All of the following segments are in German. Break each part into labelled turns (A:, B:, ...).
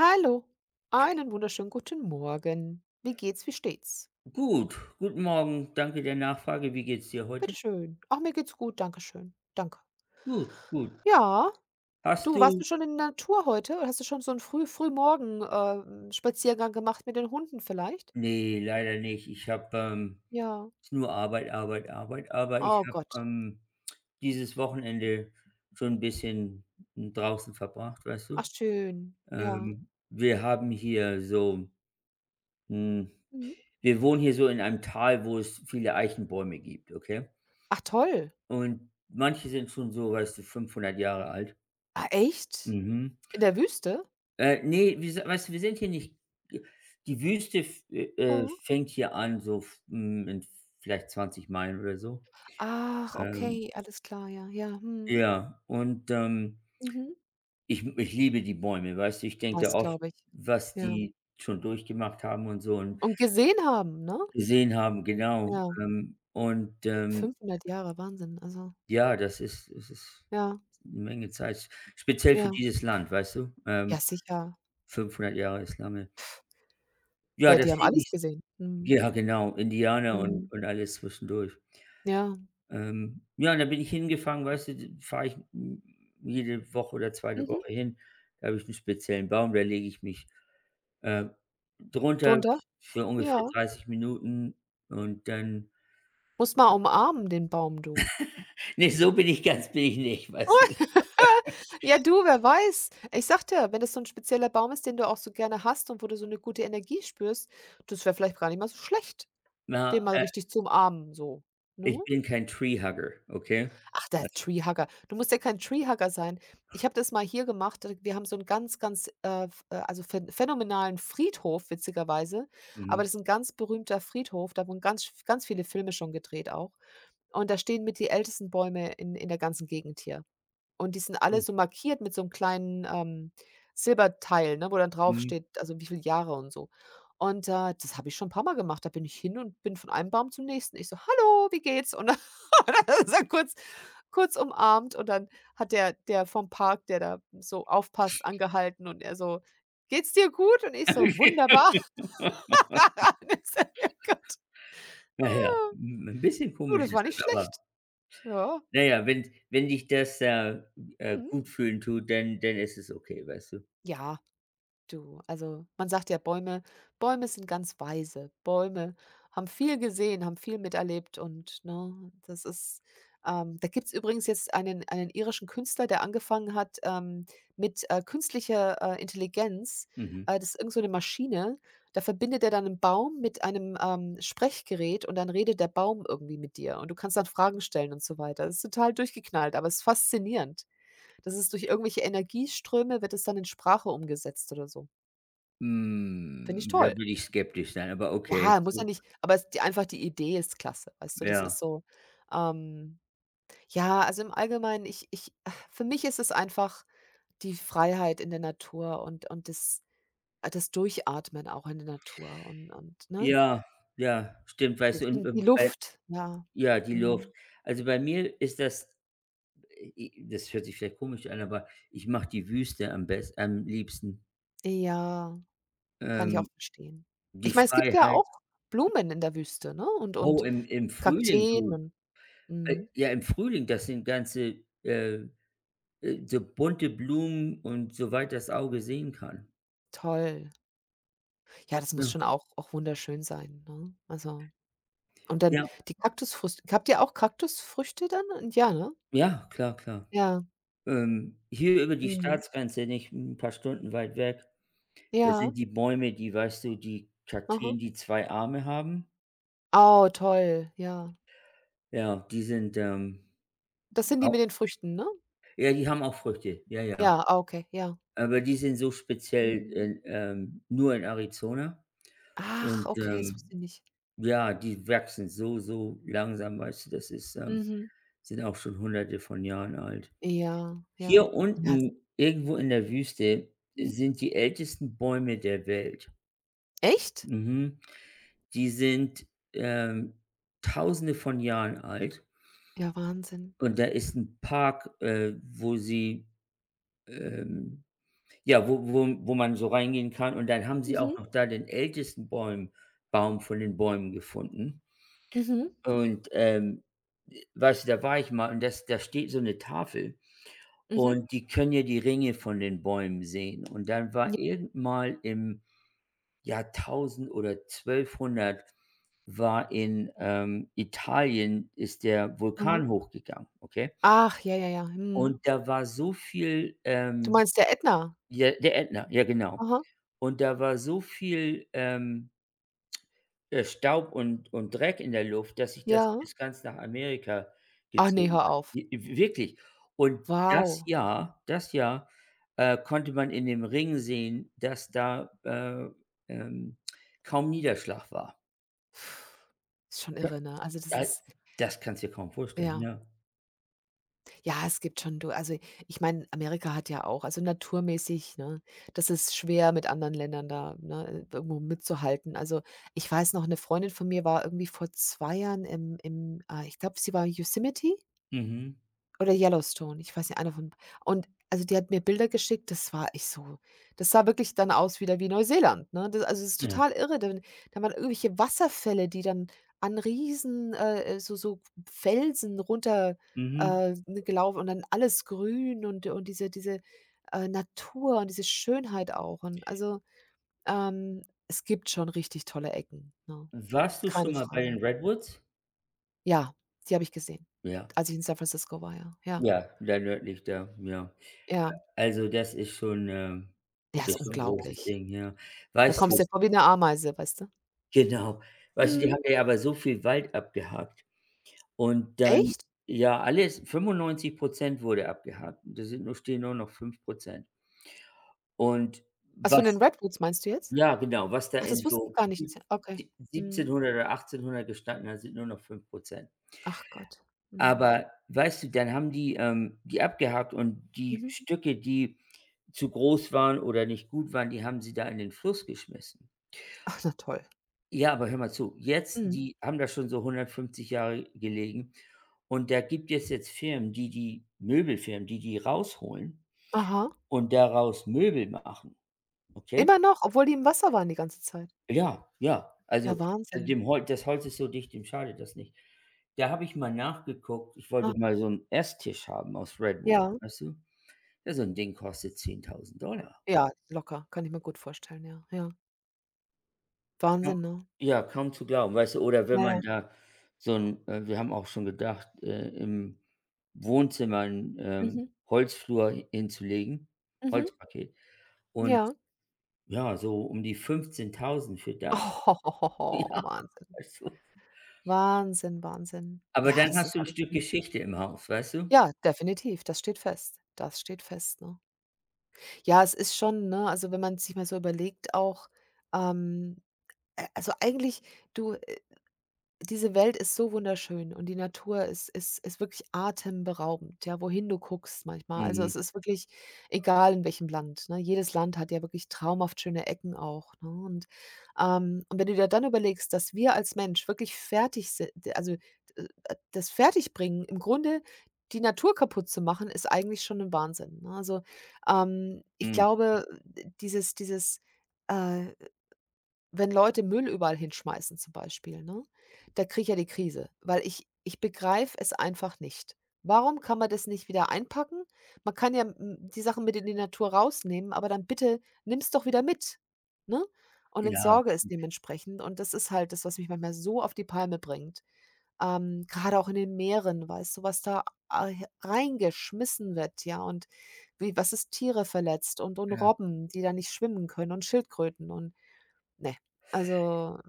A: Hallo, einen wunderschönen guten Morgen. Wie geht's, wie steht's?
B: Gut, guten Morgen. Danke der Nachfrage. Wie geht's dir heute?
A: Bitte schön. Ach, mir geht's gut, danke schön. Danke.
B: Gut, gut.
A: Ja,
B: Hast
A: du, warst du
B: du
A: schon in der Natur heute? Oder hast du schon so einen Frühmorgen Spaziergang gemacht mit den Hunden vielleicht?
B: Ne, leider nicht.
A: Ja.
B: Ist nur Arbeit, Arbeit, Arbeit, aber ich
A: Oh
B: habe,
A: Gott.
B: dieses Wochenende schon ein bisschen draußen verbracht, weißt
A: Ach
B: du?
A: schön. Ja.
B: Ähm, wir haben hier so hm,
A: Mhm.
B: Wir wohnen hier so in einem Tal, wo es viele Eichenbäume gibt, okay?
A: Ach toll.
B: Und manche sind schon so, weißt du, 500 Jahre alt.
A: Ah, echt?
B: Mhm.
A: In der Wüste?
B: Ne, wir si weißt du, wir sind hier nicht. Die Wüste f
A: Mhm.
B: fängt hier an, so in vielleicht 20 Meilen oder so.
A: Ach,
B: Ähm,
A: okay, alles klar, ja, ja. Mhm.
B: ja, und,
A: Mhm.
B: ich liebe die Bäume, weißt du? Ich denke da
A: Das
B: oft,
A: glaube ich.
B: was
A: Ja.
B: die schon durchgemacht haben und so und
A: Und gesehen haben, ne?
B: gesehen haben, genau.
A: Ja.
B: Und,
A: 500 Jahre, Wahnsinn. Also,
B: ja, das ist
A: ja,
B: eine Menge Zeit, speziell für
A: ja,
B: dieses Land, weißt du?
A: ja, sicher.
B: 500 Jahre Islam, ja. Ja,
A: Ja, die
B: das
A: haben
B: liebe
A: alles
B: ich.
A: gesehen. Mhm,
B: Ja, genau, Indianer und
A: mhm.
B: und alles zwischendurch.
A: Ja,
B: Ja, und da bin ich hingefahren, weißt du, fahre ich j jede Woche oder 2.
A: mhm.
B: Woche hin. Da habe ich einen speziellen Baum, da lege ich mich, äh, drunter
A: Drunter?
B: für ungefähr
A: Ja.
B: 30 Minuten und dann
A: Musst mal umarmen den Baum, du.
B: ne, so bin ich ganz bin ich nicht, weißt du?
A: Ja, du, wer weiß? Ich sagte dir, wenn das so 'n spezieller Baum ist, den du auch so gerne hast und wo du so 'ne gute Energie spürst, das wäre vielleicht gar nicht mal so schlecht, den
B: Na,
A: mal richtig zu umarmen so, ne?
B: ich bin kein Tree Hugger, okay?
A: Ach, der
B: Das
A: Treehugger. Du musst ja kein Treehugger sein. Ich habe das mal hier gemacht. Wir haben so einen ganz, ganz, f also phänomenalen Friedhof, witzigerweise. Aber
B: Mhm,
A: das ist ein ganz berühmter Friedhof. Da wurden ganz ganz viele Filme schon gedreht auch. Und da stehen mit die ältesten Bäume in der ganzen Gegend hier. Und die sind alle so markiert mit so einem kleinen, Silberteil, ne, wo dann
B: mhm.
A: draufsteht, also wie viele Jahre und so. Und, das habe ich schon ein paar Mal gemacht. Da bin ich hin und bin von einem Baum zum nächsten. Ich so: „Hallo, wie geht's?“ Und dann und dann ist er so kurz umarmt und dann hat der vom Park, der da so aufpasst, angehalten und er so: „Geht's dir gut?“ Und ich so: „Wunderbar.“ Und ich so: „Ja Gott,
B: Na ja, 'n bisschen
A: du,
B: komisch
A: das war
B: ist
A: nicht
B: das, aber.
A: schlecht.“ Ja,
B: Na ja, wenn dich das,
A: mhm.
B: gut fühlen tut, dann ist es okay, weißt du?
A: Ja. Du, also man sagt ja, Bäume sind ganz weise. Bäume haben viel gesehen, haben viel miterlebt und, ne, das ist da gibt's übrigens jetzt einen irischen Künstler, der angefangen hat, mit, künstlicher, Intelligenz.
B: Mhm.
A: Das ist irgend so 'ne Maschine. Da verbindet er dann einen Baum mit einem, Sprechgerät und dann redet der Baum irgendwie mit dir und du kannst dann Fragen stellen und so weiter. Das ist total durchgeknallt, aber es ist faszinierend. Das ist durch irgendwelche Energieströme wird es dann in Sprache umgesetzt oder so. Finde ich
B: Hm. Da
A: toll.
B: würde ich skeptisch sein, aber okay.
A: Ja, muss ja nicht, aber es die einfach die Idee ist klasse, weißt du? Das ist
B: Ja.
A: so, ähm ja, also im Allgemeinen, ich für mich ist es einfach die Freiheit in der Natur und das das Durchatmen auch in der Natur und, ne?
B: Ja, ja, stimmt, weißt du,
A: Die
B: und
A: die
B: und bei
A: Luft, ja.
B: ja, die Luft.
A: Mhm.
B: Also, bei mir ist das hört sich vielleicht komisch an, aber ich mache die Wüste am liebsten.
A: Ja, kann ich auch
B: Ähm,
A: verstehen.
B: Die
A: Ich meine, es gibt ja
B: Freiheit.
A: auch Blumen in der Wüste, ne? Und
B: Oh, im Frühling,
A: Kakteen
B: du.
A: und mhm,
B: Ja, im Frühling, das sind ganze, so bunte Blumen und so weit das Auge sehen kann.
A: toll. Ja, das muss
B: Ja,
A: schon auch auch wunderschön sein, ne? Also und dann
B: ja,
A: die Kaktusfrüchte. Habt ihr auch Kaktusfrüchte dann? Ja, ne?
B: ja, klar, klar.
A: Ja.
B: Hier über die
A: Mhm.
B: Staatsgrenze nicht ein paar Stunden weit weg, da
A: Ja.
B: sind die Bäume, die weißt du, die
A: Aha.
B: Kakteen, die 2 Arme haben.
A: Oh, toll, ja.
B: Ja, die sind,
A: Das sind die mit
B: auch
A: den Früchten, ne?
B: ja, die haben auch Früchte, ja, ja.
A: Ja, ah, okay, ja.
B: Aber die sind so speziell
A: Mhm.
B: nur in Arizona
A: Ach,
B: und,
A: okay, das wusste ich nicht.
B: ja, die wachsen so, so langsam, weißt du,
A: Mhm.
B: sind auch schon Hunderte von Jahren alt.
A: Ja, ja.
B: Hier
A: Ja, s
B: unten irgendwo in der Wüste sind die ältesten Bäume der Welt.
A: echt?
B: Mhm. Die sind, ähm, Tausende von Jahren alt
A: Ja, Wahnsinn.
B: und da ist ein Park, wo sie, ähm ja, wo man so reingehen kann und dann haben sie auch
A: Mhm,
B: noch da den ältesten Bäum Baum von den Bäumen gefunden
A: mhm,
B: und, weißt du, da war ich mal und das da steht so eine Tafel.
A: mhm.
B: Und die können ja die Ringe von den Bäumen sehen. Und dann war
A: Ja,
B: irgend mal im Jahr 1000 oder 1200 war in, Italien ist der
A: mhm.
B: Vulkan hochgegangen, okay?
A: Ach, ja, ja, ja.
B: Und
A: Mhm.
B: da war so viel,
A: Du meinst der Ätna?
B: ja, der Ätna, ja genau.
A: Aha,
B: Und da war so viel, Staub und Dreck in der Luft, dass sich das
A: ja.
B: bis ganz nach Amerika
A: Ach ne,
B: gezogen
A: hör
B: hat.
A: auf.
B: W w Wirklich. Und das
A: Wow.
B: Jahr das Jahr, konnte man in dem Ring sehen, dass da, ähm, kaum Niederschlag war.
A: Ist schon
B: Da
A: irre, ne? Also, das
B: da
A: ist
B: Das kannst du dir kaum vorstellen,
A: ja.
B: ja.
A: Ja, es gibt schon du also, ich meine, Amerika hat ja auch also, naturmäßig, ne das ist schwer mit anderen Ländern da, ne, irgendwo mitzuhalten. Also, ich weiß noch, eine Freundin von mir war irgendwie vor 2 Jahren im ich glaube, sie war in Yosemite?
B: Mhm.
A: Oder Yellowstone, ich weiß nicht, einer von und also, die hat mir Bilder geschickt, das war ich so das sah wirklich dann aus wieder wie Neuseeland, ne? Das also, es ist
B: Ja.
A: total irre, dann da waren irgendwelche Wasserfälle, die dann an riesen so so Felsen runter,
B: Mhm.
A: ne, gelaufen und dann alles grün und diese Natur und diese Schönheit auch und also, ähm, es gibt schon richtig tolle Ecken, ne?
B: Warst du schon
A: Keine
B: mal bei
A: Frage.
B: den Redwoods?
A: Ja, die habe ich gesehen,
B: Ja.
A: als ich in San Francisco war, ja, ja,
B: Ja, da nördlich da, ja.
A: ja.
B: Also,
A: Der
B: das
A: ist
B: ist schon 'n großes
A: unglaublich.
B: Ding, ja.
A: Da
B: Weißt du.
A: kommst du dir vor wie 'ne Ameise, weißt du?
B: Genau. Weißt du, die
A: Mhm.
B: haben ja aber so viel Wald abgehakt und dann
A: Echt?
B: ja, alles 95 wurde abgehakt. Da sind nur stehen nur noch 5%. Und
A: Also, von den
B: was
A: Redwoods meinst du jetzt?
B: ja, genau, was da
A: Ach,
B: in
A: das wusste ich
B: so
A: gar nicht.
B: sieb
A: Das ist ja okay.
B: sieb
A: Mhm.
B: 1700 oder 1800 gestanden hat, sind nur noch 5%.
A: Ach Gott. Mhm.
B: Aber weißt du, dann haben die, die abgehakt und die
A: Mhm.
B: Stücke, die zu groß waren oder nicht gut waren, die haben sie da in den Fluss geschmissen.
A: Ach, na toll.
B: Ja, aber hör mal zu. Jetzt
A: Mhm.
B: die haben da schon so 150 Jahre gelegen und da gibt es jetzt Firmen, die Möbelfirmen, die die rausholen
A: Aha.
B: und daraus Möbel machen, okay?
A: Immer noch, obwohl die im Wasser waren die ganze Zeit?
B: Ja, ja. Also,
A: Ja, Wahnsinn.
B: dem Holz das Holz ist so dicht, dem schadet das nicht. Da habe ich mal nachgeguckt. Ich
A: Ah,
B: wollte mal so einen Esstisch haben aus Redwood,
A: ja.
B: weißt du? Ja, so ein Ding kostet 10.000 Dollar.
A: Ja, locker. Kann ich mir gut vorstellen, ja, ja.
B: Kaum
A: Wahnsinn, ne?
B: Ja, kaum zu glauben, weißt du? Oder wenn
A: Ja, ja.
B: man da so 'n wir haben auch schon gedacht, im Wohnzimmer 'n,
A: Mhm.
B: Holzflur hinzulegen,
A: Mhm.
B: Holzparkett. Und
A: Ja.
B: ja, so um die 15.000 für das. Ja,
A: Wahnsinn.
B: weißt du?
A: Wahnsinn, Wahnsinn.
B: Aber
A: Ja,
B: dann
A: das
B: hast
A: ist
B: du 'n Stück Geschichte im Haus, weißt du?
A: Ja, definitiv, das steht fest. Das steht fest, ne? Ja, es ist schon, ne also, wenn man sich mal so überlegt auch, ähm, also, eigentlich, du diese Welt ist so wunderschön und die Natur ist wirklich atemberaubend, ja, wohin du guckst manchmal. Also,
B: Mhm,
A: es ist wirklich egal, in welchem Land, ne? Jedes Land hat ja wirklich traumhaft schöne Ecken auch, ne? Und wenn du dir dann überlegst, dass wir als Mensch wirklich fertig si also, das Fertigbringen, im Grunde die Natur kaputt zu machen, ist eigentlich schon ein Wahnsinn, ne? Also, ich
B: mhm.
A: glaube, dieses, äh wenn Leute Müll überall hinschmeißen zum Beispiel, ne? Da kriege ich ja die Krise, weil ich begreife es einfach nicht. Warum kann man das nicht wieder einpacken? Man kann ja, hm, die Sachen mit in die Natur rausnehmen, aber dann bitte nimm's doch wieder mit, ne? Und
B: Ja,
A: entsorge es dementsprechend. Und das ist halt das, was mich manchmal so auf die Palme bringt. Grade auch in den Meeren, weißt du, was da a he reingeschmissen wird, ja, und wie was es Tiere verletzt und
B: ja.
A: Robben, die da nicht schwimmen können und Schildkröten und ne, also.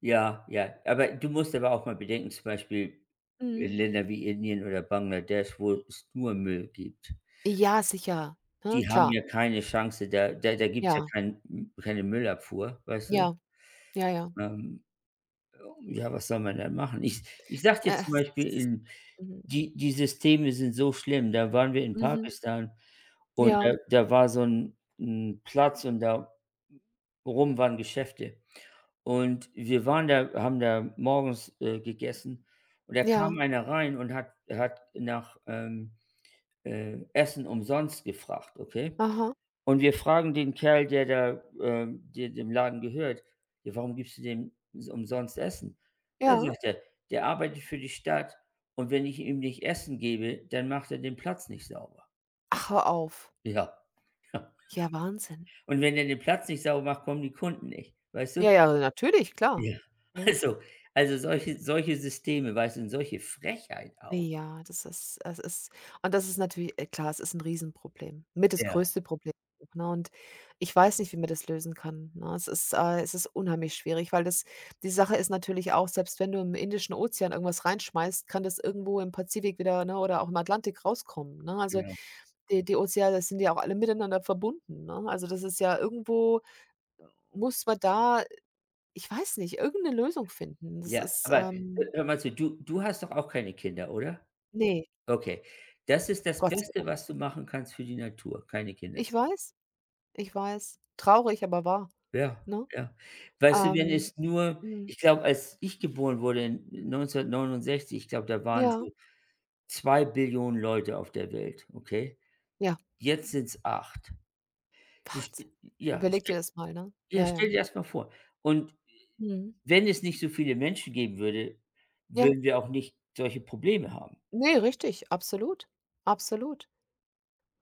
B: Ja, ja. Aber du musst aber auch mal bedenken, zum Beispiel in
A: Mhm.
B: Länder wie Indien oder Bangladesch, wo es nur Müll gibt.
A: Ja, sicher, ne,
B: Die haben
A: klar.
B: ja keine Chance, da gibt's ja
A: Ja,
B: keine Müllabfuhr, weißt du?
A: ja, ja, ja.
B: Ähm, ja, was soll man da machen? Ich sage dir zum
A: Es
B: Beispiel, in
A: mhm,
B: die die Systeme sind so schlimm. Da waren wir in
A: mhm.
B: Pakistan und
A: Ja,
B: da war so ein 'n Platz und da rum waren Geschäfte. Und wir waren da haben da morgens, gegessen und da
A: ja,
B: kam einer rein und hat nach, Essen umsonst gefragt, okay?
A: aha,
B: Und wir fragen den Kerl, der dem Laden gehört: „Ja, warum gibst du dem s umsonst Essen?" Da
A: ja.
B: sagt er: „Der arbeitet für die Stadt und wenn ich ihm nicht Essen gebe, dann macht er den Platz nicht sauber."
A: Ach, hör auf.
B: Ja, ja.
A: Ja, Wahnsinn.
B: Und wenn er den Platz nicht sauber macht, kommen die Kunden nicht, weißt
A: Ja,
B: du?
A: ja, natürlich, klar,
B: Ja.
A: ne?
B: Also also solche Systeme, weißt du, und solche Frechheit auch.
A: Ja, das ist es ist und das ist natürlich klar, es ist ein Riesenproblem. Mit das
B: Ja,
A: größte Problem, ne? Und ich weiß nicht, wie man das lösen kann, ne? Es ist unheimlich schwierig, weil das die Sache ist natürlich auch, selbst wenn du im Indischen Ozean irgendwas reinschmeißt, kann das irgendwo im Pazifik wieder, ne, oder auch im Atlantik rauskommen, ne? Also,
B: genau.
A: die die Ozeane sind ja auch alle miteinander verbunden, ne? Also, das ist ja irgendwo muss man da ich weiß nicht, irgendeine Lösung finden. Das
B: Ja,
A: ist,
B: aber hö hör mal zu, du hast doch auch keine Kinder, oder?
A: ne,
B: Okay. Das ist das
A: Gott sei
B: Beste,
A: Dank.
B: was du machen kannst für die Natur, keine Kinder
A: Ich
B: zu haben.
A: weiß. Ich weiß, traurig, aber wahr,
B: Ja,
A: ne?
B: ja. Weißt du, wenn
A: Ähm,
B: es nur
A: mhm,
B: ich glaube, als ich geboren wurde in 1969, ich glaube, da waren
A: ja,
B: so zwei Billionen Leute auf der Welt, okay?
A: ja,
B: Jetzt sind's 8. Du ste
A: Wahnsinn.
B: Ja,
A: Überleg
B: ste
A: dir das mal, ne?
B: ja,
A: Ja, ja.
B: stell dir das mal vor. Und
A: Mhm.
B: wenn es nicht so viele Menschen geben würde,
A: Ja,
B: würden wir auch nicht solche Probleme haben.
A: ne, richtig, absolut, absolut.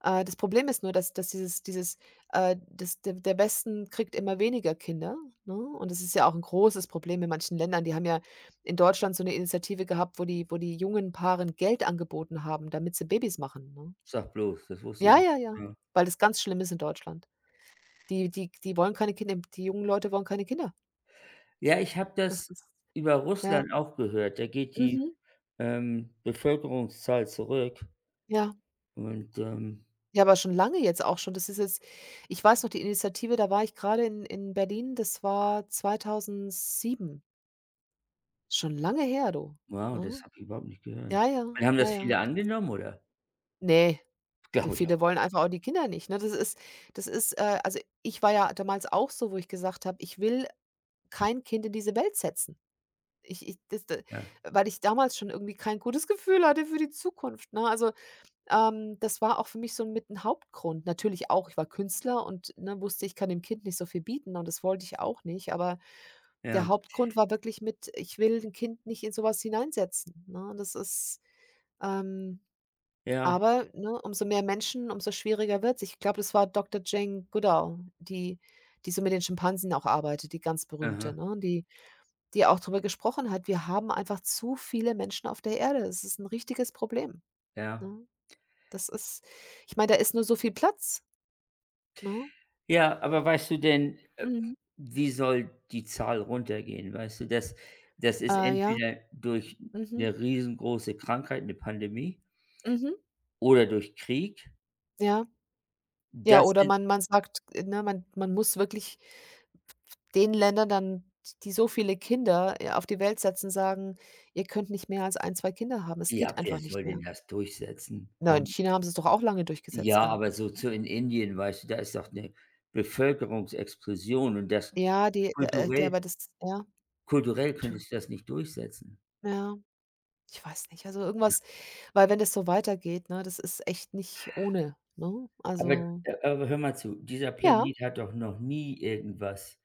A: Das Problem ist nur, dass das der Westen kriegt immer weniger Kinder, ne? Und das ist ja auch 'n großes Problem in manchen Ländern. Die haben ja in Deutschland so 'ne Initiative gehabt, wo die jungen Paaren Geld angeboten haben, damit sie Babys machen, ne?
B: Sag bloß, das wusste ich
A: Ja,
B: nicht.
A: ja, ja,
B: Ja.
A: weil das ganz schlimm ist in Deutschland. Die wollen keine Kinder die jungen Leute wollen keine Kinder.
B: Ja, ich habe
A: Das
B: das
A: ist
B: über
A: ja,
B: Russland auch gehört. Da geht die,
A: mhm,
B: Mhm. ähm, Bevölkerungszahl zurück
A: ja.
B: und,
A: Ja, aber schon lange jetzt auch schon. Das ist jetzt ich weiß noch die Initiative, da war ich grade in Berlin, das war 2007. Schon lange her, du,
B: wow,
A: ne?
B: das habe ich überhaupt nicht gehört.
A: Ja, ja,
B: Und haben
A: ja,
B: das
A: ja.
B: viele angenommen, oder?
A: Ne, die
B: Glaube ich auch,
A: viele wollen einfach auch die Kinder nicht, ne? Das ist, also, ich war ja damals auch so, wo ich gesagt habe: „Ich will kein Kind in diese Welt setzen.“ Ich ich das d
B: ja,
A: weil ich damals schon irgendwie kein gutes Gefühl hatte für die Zukunft, ne? Also ähm, das war auch für mich so mit ein Hauptgrund. Natürlich auch, ich war Künstler und, ne, wusste, ich kann dem Kind nicht so viel bieten und das wollte ich auch nicht, aber der
B: ja,
A: Hauptgrund war wirklich mit, ich will 'n Kind nicht in sowas hineinsetzen, ne? Das ist, ähm
B: ja,
A: aber, ne, umso mehr Menschen, umso schwieriger wird's. Ich glaube, das war Doktor Jane Goodall, die so mit den Schimpansen auch arbeitet, die ganz berühmte,
B: aha,
A: ne? Die auch darüber gesprochen hat, wir haben einfach zu viele Menschen auf der Erde. Es ist ein richtiges Problem,
B: ja.
A: ne? Das ist ich meine, da ist nur so viel Platz, ne?
B: Ja, aber weißt du denn,
A: Mhm.
B: wie soll die Zahl runtergehen? Weißt du, das ist
A: Ja.
B: entweder durch
A: Mhm.
B: eine riesengroße Krankheit, eine Pandemie
A: Mhm.
B: oder durch Krieg.
A: Ja. Ja,
B: Das
A: oder
B: sind
A: man sagt, ne, man muss wirklich den Ländern dann, die so viele Kinder, ja, auf die Welt setzen, sagen: „Ihr könnt nicht mehr als ein, 2 Kinder haben.“ Es
B: Ja,
A: geht
B: wer
A: einfach nicht
B: soll
A: mehr.
B: denn das durchsetzen?
A: Na, in
B: Komm.
A: China haben sie's doch auch lange durchgesetzt
B: Ja, aber
A: gehabt.
B: so zu in Indien, weißt du, da ist doch 'ne Bevölkerungsexplosion und das
A: Ja, die der der
B: kulturell
A: aber das ja,
B: kulturell
A: du
B: könntest du das nicht durchsetzen.
A: ja, ich weiß nicht. Also, irgendwas weil wenn das so weitergeht, ne, das ist echt nicht ohne, ne?
B: Aber
A: Also,
B: aber hör mal zu, dieser
A: ja.
B: Planet hat doch noch nie irgendwas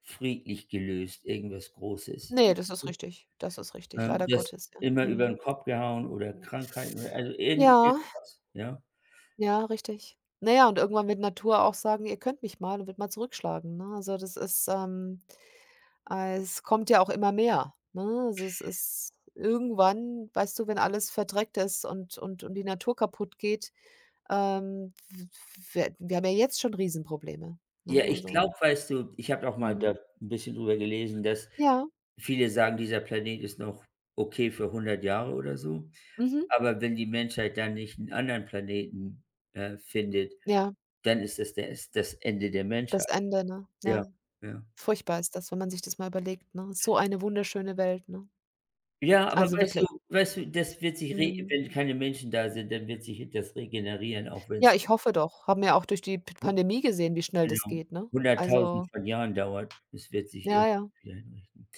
B: friedlich gelöst, irgendwas Großes.
A: Ne, das ist richtig. Das ist richtig, leider
B: Das
A: Gottes, ja.
B: immer über 'n
A: Mhm.
B: Kopf gehauen oder Krankheiten oder also
A: Ja,
B: irgendwas, ja?
A: ja, richtig. Na ja, und irgendwann wird Natur auch sagen: „Ihr könnt mich mal“, und wird mal zurückschlagen, ne? Also, das ist, es kommt ja auch immer mehr, ne? Also, es ist irgendwann weißt du, wenn alles verdreckt ist und die Natur kaputt geht, w w wir haben ja jetzt schon Riesenprobleme, ne?
B: Ja, ich
A: Also
B: glaube, weißt du, ich habe auch mal
A: mhm.
B: da 'n bisschen drüber gelesen, dass
A: Ja,
B: viele sagen, dieser Planet ist noch okay für 100 Jahre oder so.
A: mhm.
B: Aber wenn die Menschheit dann nicht einen anderen Planeten, findet,
A: Ja,
B: dann ist das Ende der
A: das
B: Menschheit.
A: Ende, ne?
B: Ja,
A: Ja.
B: ja.
A: Furchtbar ist das, wenn man sich das mal überlegt, ne? So eine wunderschöne Welt, ne?
B: Ja, aber
A: Also wirklich.
B: weißt du, das wird sich re
A: Mhm.
B: wenn keine Menschen da sind, dann wird sich das regenerieren, auch
A: Ja,
B: wenn's
A: ich hoffe doch. Haben wir auch durch die P
B: hu
A: Pandemie gesehen, wie schnell das
B: genau,
A: geht, ne?
B: 100.000
A: Also
B: von Jahren dauert. Es wird sich
A: ja,
B: irgendwie
A: ja.
B: wieder einrichten.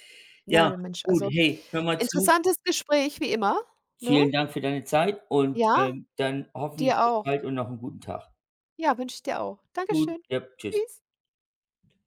A: Na,
B: Ja,
A: du Mensch,
B: gut,
A: also
B: hey, hör mal zu.
A: interessantes Gespräch wie immer, ne?
B: Vielen Dank für deine Zeit und,
A: Ja,
B: dann
A: dir
B: hoffentlich bis
A: auch.
B: bald und noch einen guten Tag.
A: Ja, wünsche ich dir auch.
B: Gut,
A: Dankeschön.
B: ja, tschüss.
A: Tschüss.